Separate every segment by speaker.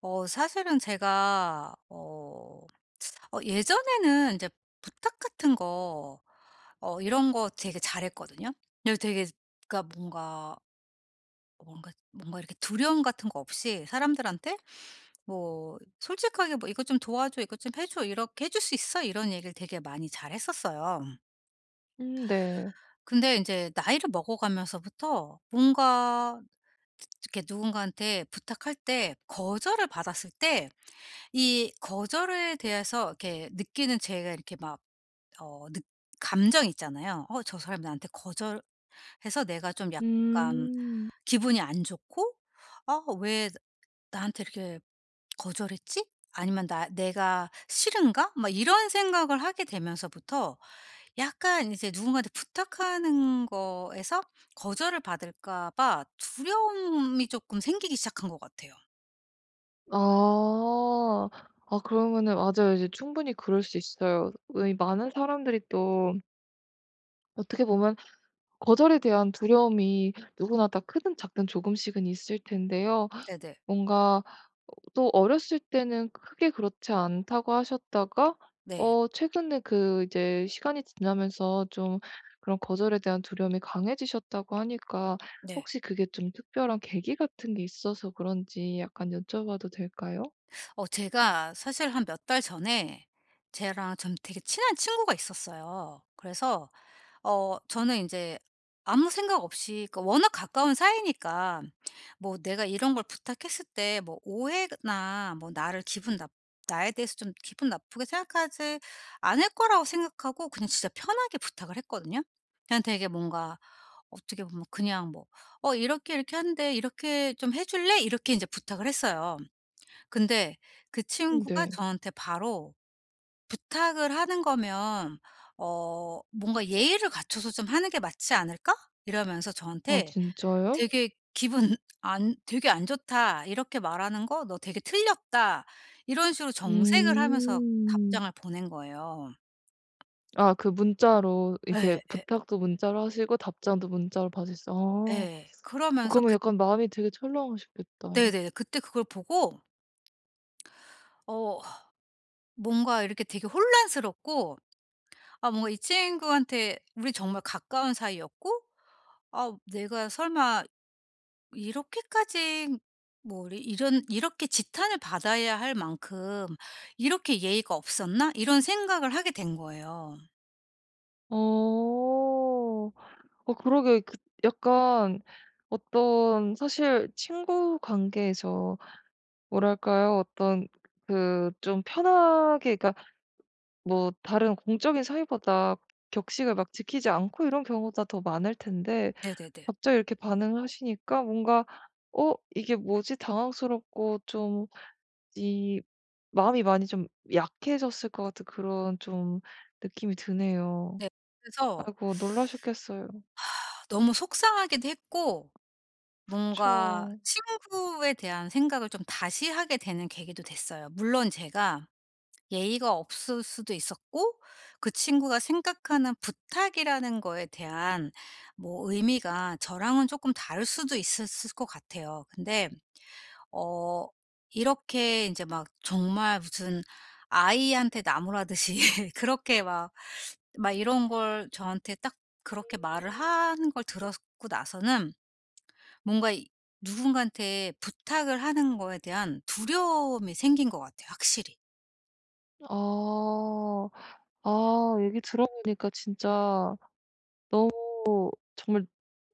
Speaker 1: 사실은 제가 예전에는 이제 부탁 같은 거 이런 거 되게 잘했거든요. 예, 되게 그러니까 뭔가 뭔가 이렇게 두려움 같은 거 없이 사람들한테 뭐 솔직하게 뭐 "이것 좀 도와줘. 이것 좀 해 줘. 이렇게 해줄 수 있어?" 이런 얘기를 되게 많이 잘했었어요.
Speaker 2: 네.
Speaker 1: 근데 이제 나이를 먹어가면서부터 뭔가 이렇게 누군가한테 부탁할 때 거절을 받았을 때 이 거절에 대해서 이렇게 느끼는 제가 이렇게 막 어 느 감정이 있잖아요. '어 저 사람이 나한테 거절해서 내가 좀 약간
Speaker 2: 음.
Speaker 1: 기분이 안 좋고 왜 나한테 이렇게 거절했지? 아니면 나 내가 싫은가?' 막 이런 생각을 하게 되면서부터 약간 이제 누군가한테 부탁하는 거에서 거절을 받을까 봐 두려움이 조금 생기기 시작한 것 같아요.
Speaker 2: 아. 아 그러면은 맞아요. 이제 충분히 그럴 수 있어요. 이 많은 사람들이 또 어떻게 보면 거절에 대한 두려움이 누구나 다 크든 작든 조금씩은 있을 텐데요.
Speaker 1: 네네.
Speaker 2: 뭔가 또 어렸을 때는 크게 그렇지 않다고 하셨다가
Speaker 1: 네.
Speaker 2: 최근에 그 이제 시간이 지나면서 좀 그런 거절에 대한 두려움이 강해지셨다고 하니까,
Speaker 1: 네.
Speaker 2: 혹시 그게 좀 특별한 계기 같은 게 있어서 그런지 약간 여쭤봐도 될까요?
Speaker 1: 제가 사실 한 몇 달 전에 쟤랑 좀 되게 친한 친구가 있었어요. 그래서 저는 이제 아무 생각 없이 그 워낙 가까운 사이니까 뭐 내가 이런 걸 부탁했을 때 뭐 오해나 뭐 나를 기분 나 나에 대해서 좀 기분 나쁘게 생각하지 않을 거라고 생각하고 그냥 진짜 편하게 부탁을 했거든요. 그냥 되게 뭔가 어떻게 보면 그냥 뭐 "어 이렇게 이렇게 하는데 이렇게 좀 해 줄래?" 이렇게 이제 부탁을 했어요. 근데 그 친구가
Speaker 2: 네.
Speaker 1: 저한테 바로 "부탁을 하는 거면 어 뭔가 예의를 갖춰서 좀 하는 게 맞지 않을까?" 이러면서
Speaker 2: 아
Speaker 1: 저한테
Speaker 2: 진짜요?
Speaker 1: 되게 "기분 안 되게 안 좋다. 이렇게 말하는 거 너 되게 틀렸다." 이런 식으로 정색을 하면서
Speaker 2: 음.
Speaker 1: 답장을 보낸 거예요.
Speaker 2: 아, 그 문자로 이렇게
Speaker 1: 예, 예,
Speaker 2: 부탁도 문자로 하시고, 답장도 문자로 받으셨어?
Speaker 1: 예. 그러면서
Speaker 2: 그러면
Speaker 1: 그
Speaker 2: 약간 마음이 되게 철렁하셨겠다.
Speaker 1: 네네. 그때 그걸 보고 어 뭔가 이렇게 되게 혼란스럽고 아, 뭔가 이 친구한테 우리 정말 가까운 사이였고 아, 내가 설마 이렇게까지 뭐 이 이런 '이렇게 지탄을 받아야 할 만큼 이렇게 예의가 없었나?' 이런 생각을 하게 된 거예요.
Speaker 2: 어. 그러게. 그 약간 어떤, 사실 친구 관계에서 뭐랄까요? 어떤 그 좀 편하게, 그니까 뭐 다른 공적인 사이보다 격식을 막 지키지 않고 이런 경우가 더 많을 텐데,
Speaker 1: 네네네.
Speaker 2: 갑자기 이렇게 반응을 하시니까 뭔가 '어 이게 뭐지?' 당황스럽고, 좀 이 마음이 많이 좀 약해졌을 것 같은 그런 좀 느낌이 드네요.
Speaker 1: 네. 그래서
Speaker 2: 아이고, 놀라셨겠어요.
Speaker 1: 너무 속상하기도 했고 뭔가
Speaker 2: 그쵸.
Speaker 1: 친구에 대한 생각을 좀 다시 하게 되는 계기도 됐어요. 물론 제가 예의가 없을 수도 있었고 그 친구가 생각하는 부탁이라는 거에 대한 뭐 의미가 저랑은 조금 다를 수도 있었을 것 같아요. 근데 어 이렇게 이제 막 정말 무슨 아이한테 나무라듯이 그렇게 막 이런 걸 저한테 딱 그렇게 말을 하는 걸 들었고 나서는 뭔가 이 누군가한테 부탁을 하는 거에 대한 두려움이 생긴 것 같아요 확실히.
Speaker 2: 아. 아 얘기 들어보니까 진짜, 정말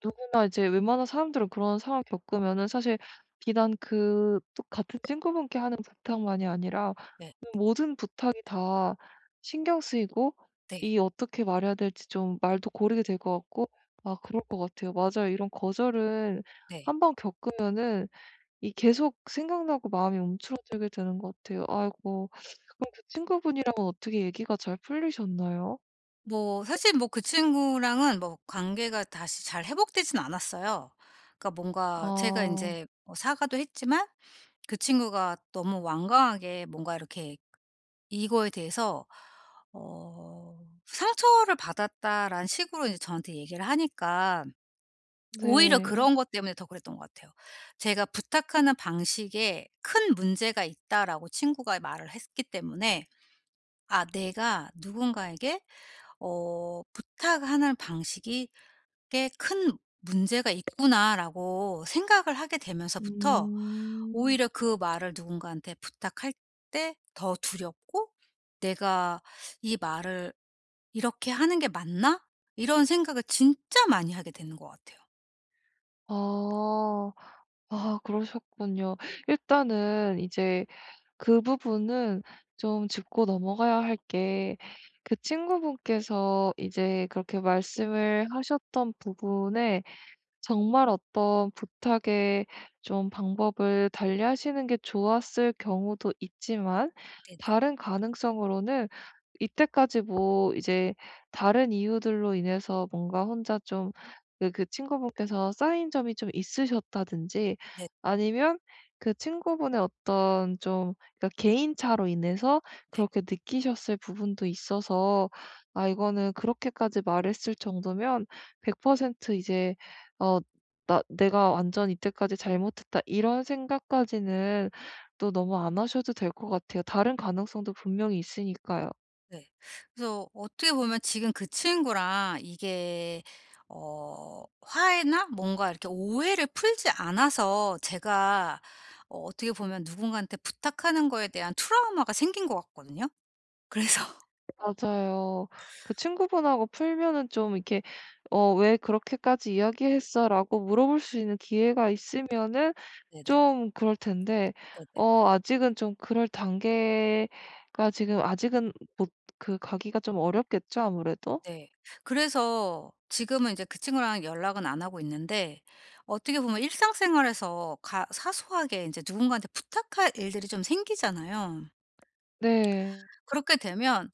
Speaker 2: 누구나 이제 웬만한 사람들은 그런 상황 겪으면은 사실 비단 그 또 같은 친구분께 하는 부탁만이 아니라
Speaker 1: 네.
Speaker 2: 모든 부탁이 다 신경 쓰이고,
Speaker 1: 네.
Speaker 2: 이 어떻게 말해야 될지 좀 말도 고르게 될 것 같고. 아 그럴 것 같아요. 맞아요. 이런 거절은
Speaker 1: 네.
Speaker 2: 한 번 겪으면은 이 계속 생각나고 마음이 움츠러들게 되는 것 같아요. 아이고. 그럼 그 친구분이랑은 어떻게 얘기가 잘 풀리셨나요?
Speaker 1: 뭐 사실 뭐 그 친구랑은 뭐 관계가 다시 잘 회복되진 않았어요. 그러니까 뭔가 제가
Speaker 2: 아
Speaker 1: 인제 뭐 사과도 했지만 그 친구가 너무 완강하게 뭔가 이렇게 이거에 대해서 어 "상처를 받았다."라는 식으로 이제 저한테 얘기를 하니까 오히려
Speaker 2: 네.
Speaker 1: 그런 것 때문에 더 그랬던 것 같아요. 제가 "부탁하는 방식에 큰 문제가 있다."라고 친구가 말을 했기 때문에 '아 내가 누군가에게 부탁하는 방식이 꽤 큰 문제가 있구나.'라고 생각을 하게 되면서부터
Speaker 2: 음.
Speaker 1: 오히려 그 말을 누군가한테 부탁할 때 더 두렵고 '내가 이 말을 이렇게 하는 게 맞나?' 이런 생각을 진짜 많이 하게 되는 것 같아요.
Speaker 2: 아. 아 그러셨군요. 일단은 이제 그 부분은 좀 짚고 넘어가야 할 게, 그 친구분께서 이제 그렇게 말씀을 하셨던 부분에, 정말 어떤 부탁에 좀 방법을 달리하시는 게 좋았을 경우도 있지만,
Speaker 1: 네네.
Speaker 2: 다른 가능성으로는 이때까지 뭐 이제 다른 이유들로 인해서 뭔가 혼자 좀 그 친구분께서 쌓인 점이 좀 있으셨다든지,
Speaker 1: 네.
Speaker 2: 아니면 그 친구분의 어떤 좀, 그러니까 개인차로 인해서 그렇게 느끼셨을 부분도 있어서, '아 이거는 그렇게까지 말했을 정도면 100% 이제 어 나 내가 완전 이때까지 잘못했다.' 이런 생각까지는 또 너무 안 하셔도 될 것 같아요. 다른 가능성도 분명히 있으니까요.
Speaker 1: 네. 그래서 어떻게 보면 지금 그 친구랑 이게 화해나 뭔가 이렇게 오해를 풀지 않아서 제가 어떻게 보면 누군가한테 부탁하는 거에 대한 트라우마가 생긴 것 같거든요. 그래서
Speaker 2: 맞아요. 그 친구분하고 풀면은 좀 이렇게 "어 왜 그렇게까지 이야기했어?"라고 물어볼 수 있는 기회가 있으면은
Speaker 1: 네네.
Speaker 2: 좀 그럴 텐데,
Speaker 1: 네네.
Speaker 2: 아직은 좀 그럴 단계가, 지금 아직은 못, 그 가기가 좀 어렵겠죠, 아무래도?
Speaker 1: 네. 그래서 지금은 이제 그 친구랑 연락은 안 하고 있는데 어떻게 보면 일상생활에서 가 사소하게 이제 누군가한테 부탁할 일들이 좀 생기잖아요.
Speaker 2: 네.
Speaker 1: 그렇게 되면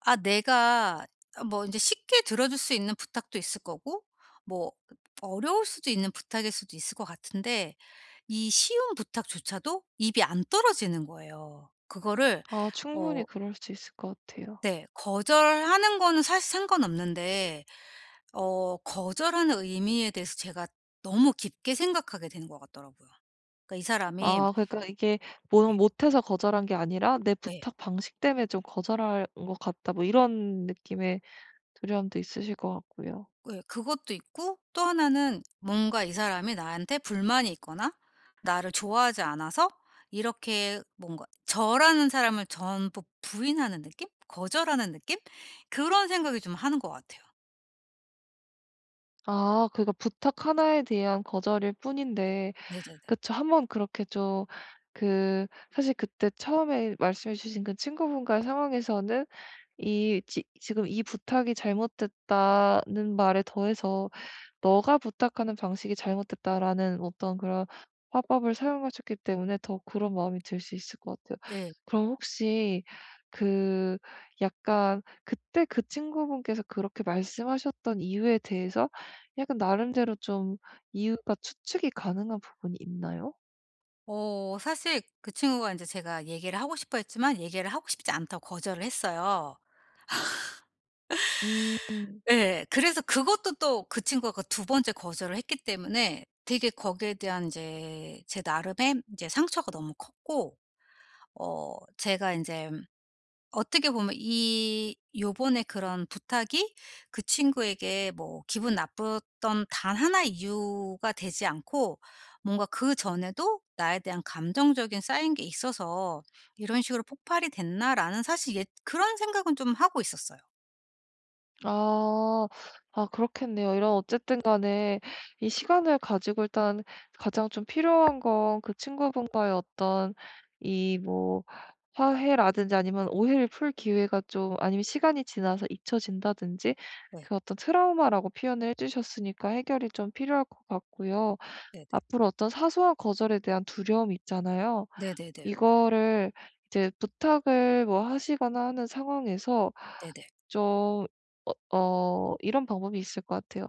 Speaker 1: 아 내가 뭐이제 쉽게 들어줄 수 있는 부탁도 있을 거고 뭐 어려울 수도 있는 부탁일 수도 있을 것 같은데 이 쉬운 부탁조차도 입이 안 떨어지는 거예요. 그거를
Speaker 2: 아 충분히
Speaker 1: 어
Speaker 2: 그럴 수 있을 것 같아요.
Speaker 1: 네, 거절하는 거는 사실 상관없는데 거절하는 의미에 대해서 제가 너무 깊게 생각하게 되는 것 같더라고요. 그러니까 이 사람이
Speaker 2: 아 그러니까 이게 뭐, 못해서 거절한 게 아니라 '내
Speaker 1: 예.
Speaker 2: 부탁 방식 때문에 좀 거절한 것 같다.' 뭐 이런 느낌의 두려움도 있으실 것 같고요.
Speaker 1: 예 그것도 있고 또 하나는 뭔가 이 사람이 나한테 불만이 있거나 나를 좋아하지 않아서 이렇게 뭔가 저라는 사람을 전부 부인하는 느낌? 거절하는 느낌? 그런 생각이 좀 하는 것 같아요.
Speaker 2: 아 그러니까 부탁 하나에 대한 거절일 뿐인데.
Speaker 1: 네네네.
Speaker 2: 그쵸. 한번 그렇게 좀, 그 사실 그때 처음에 말씀해 주신 그 친구분과의 상황에서는, 이 지 지금 "이 부탁이 잘못됐다."는 말에 더해서 너가 부탁하는 방식이 잘못됐다라는 어떤 그런 화법을 사용하셨기 때문에 더 그런 마음이 들 수 있을 것 같아요.
Speaker 1: 예.
Speaker 2: 그럼 혹시 그, 약간 그때 그 친구분께서 그렇게 말씀하셨던 이유에 대해서 약간 나름대로 좀 이유가 추측이 가능한 부분이 있나요?
Speaker 1: 사실 그 친구가 이제 제가 얘기를 하고 싶어 했지만 얘기를 하고 싶지 않다고 거절을 했어요.
Speaker 2: 음.
Speaker 1: 예. 그래서 그것도 또 그 친구가 두 번째 거절을 했기 때문에 되게 거기에 대한 이제 제 나름의 이제 상처가 너무 컸고 제가 이제 어떻게 보면 이 요번에 그런 부탁이 그 친구에게 뭐 기분 나빴던 단 하나의 이유가 되지 않고 뭔가 그전에도 나에 대한 감정적인 쌓인 게 있어서 '이런 식으로 폭발이 됐나?'라는 사실 예 그런 생각은 좀 하고 있었어요.
Speaker 2: 아. 아 그렇겠네요. 이런, 어쨌든 간에 이 시간을 가지고 일단 가장 좀 필요한 건 그 친구분과의 어떤 이 뭐 화해라든지 아니면 오해를 풀 기회가 좀, 아니면 시간이 지나서 잊혀진다든지
Speaker 1: 네.
Speaker 2: 그 어떤 트라우마라고 표현을 해 주셨으니까 해결이 좀 필요할 것 같고요.
Speaker 1: 네네.
Speaker 2: 앞으로 어떤 사소한 거절에 대한 두려움이 있잖아요.
Speaker 1: 네네네.
Speaker 2: 이거를 이제 부탁을 뭐 하시거나 하는 상황에서
Speaker 1: 네네.
Speaker 2: 좀 이런 방법이 있을 것 같아요.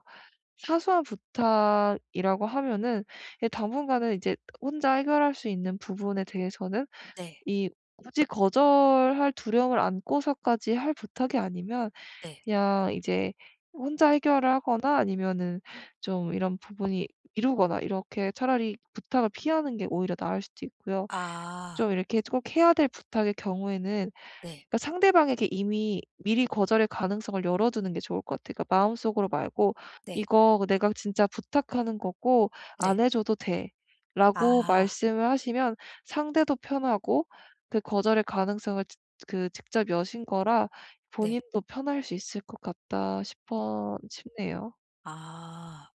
Speaker 2: 사소한 부탁이라고 하면은, 예, 당분간은 이제 혼자 해결할 수 있는 부분에 대해서는
Speaker 1: 네.
Speaker 2: 이 굳이 거절할 두려움을 안고서까지 할 부탁이 아니면
Speaker 1: 네.
Speaker 2: 그냥 이제 혼자 해결을 하거나, 아니면은 좀 이런 부분이 미루거나 이렇게 차라리 부탁을 피하는 게 오히려 나을 수도 있고요.
Speaker 1: 아.
Speaker 2: 좀 이렇게 꼭 해야 될 부탁의 경우에는
Speaker 1: 네.
Speaker 2: 그러니까 상대방에게 이미 미리 거절의 가능성을 열어두는 게 좋을 것 같아요. 그러니까 마음속으로 말고,
Speaker 1: 네.
Speaker 2: "이거 내가 진짜 부탁하는 거고
Speaker 1: 네.
Speaker 2: 안 해 줘도 돼."라고
Speaker 1: 아.
Speaker 2: 말씀을 하시면 상대도 편하고, 그 거절의 가능성을 직 그 직접 여신 거라
Speaker 1: 네.
Speaker 2: 본인도 편할 수 있을 것 같다 싶어 싶네요.
Speaker 1: 아.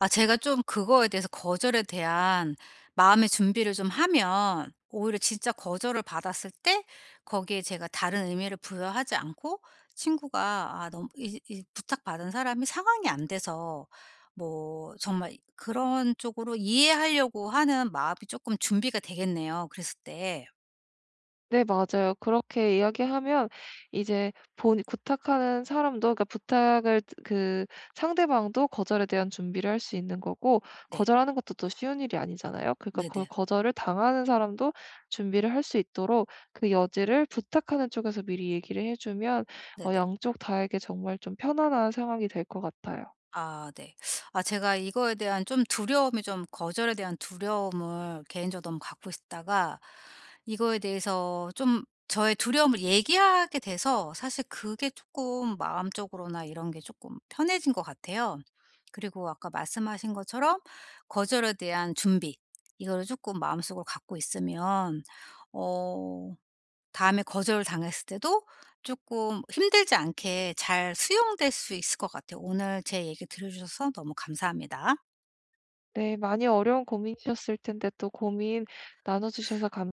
Speaker 1: 아 제가 좀 그거에 대해서 거절에 대한 마음의 준비를 좀 하면 오히려 진짜 거절을 받았을 때 거기에 제가 다른 의미를 부여하지 않고 친구가 아 너무 이 이 부탁받은 사람이 상황이 안 돼서 뭐 정말 그런 쪽으로 이해하려고 하는 마음이 쪼끔 준비가 되겠네요 그랬을 때.
Speaker 2: 네, 맞아요. 그렇게 이야기하면 이제 본 부탁하는 사람도, 그러니까 부탁을 그, 상대방도 거절에 대한 준비를 할 수 있는 거고,
Speaker 1: 네.
Speaker 2: 거절하는 것도 또 쉬운 일이 아니잖아요. 그러니까 그
Speaker 1: 네네.
Speaker 2: 거절을 당하는 사람도 준비를 할 수 있도록 그 여지를 부탁하는 쪽에서 미리 얘기를 해주면,
Speaker 1: 네네.
Speaker 2: 양쪽 다에게 정말 좀 편안한 상황이 될 것 같아요.
Speaker 1: 아 네. 아 제가 이거에 대한 좀 두려움이 좀 거절에 대한 두려움을 개인적으로 너무 갖고 있다가 이거에 대해서 좀 저의 두려움을 얘기하게 돼서 사실 그게 조금 마음적으로나 이런 게 조금 편해진 것 같아요. 그리고 아까 말씀하신 것처럼 거절에 대한 준비 이거를 조금 마음속으로 갖고 있으면 어 다음에 거절당했을 때도 조금 힘들지 않게 잘 수용될 수 있을 것 같아요. 오늘 제 얘기 들어 주셔서 너무 감사합니다.
Speaker 2: 네, 많이 어려운 고민이셨을 텐데 또 고민 나눠주셔서 감사합니다.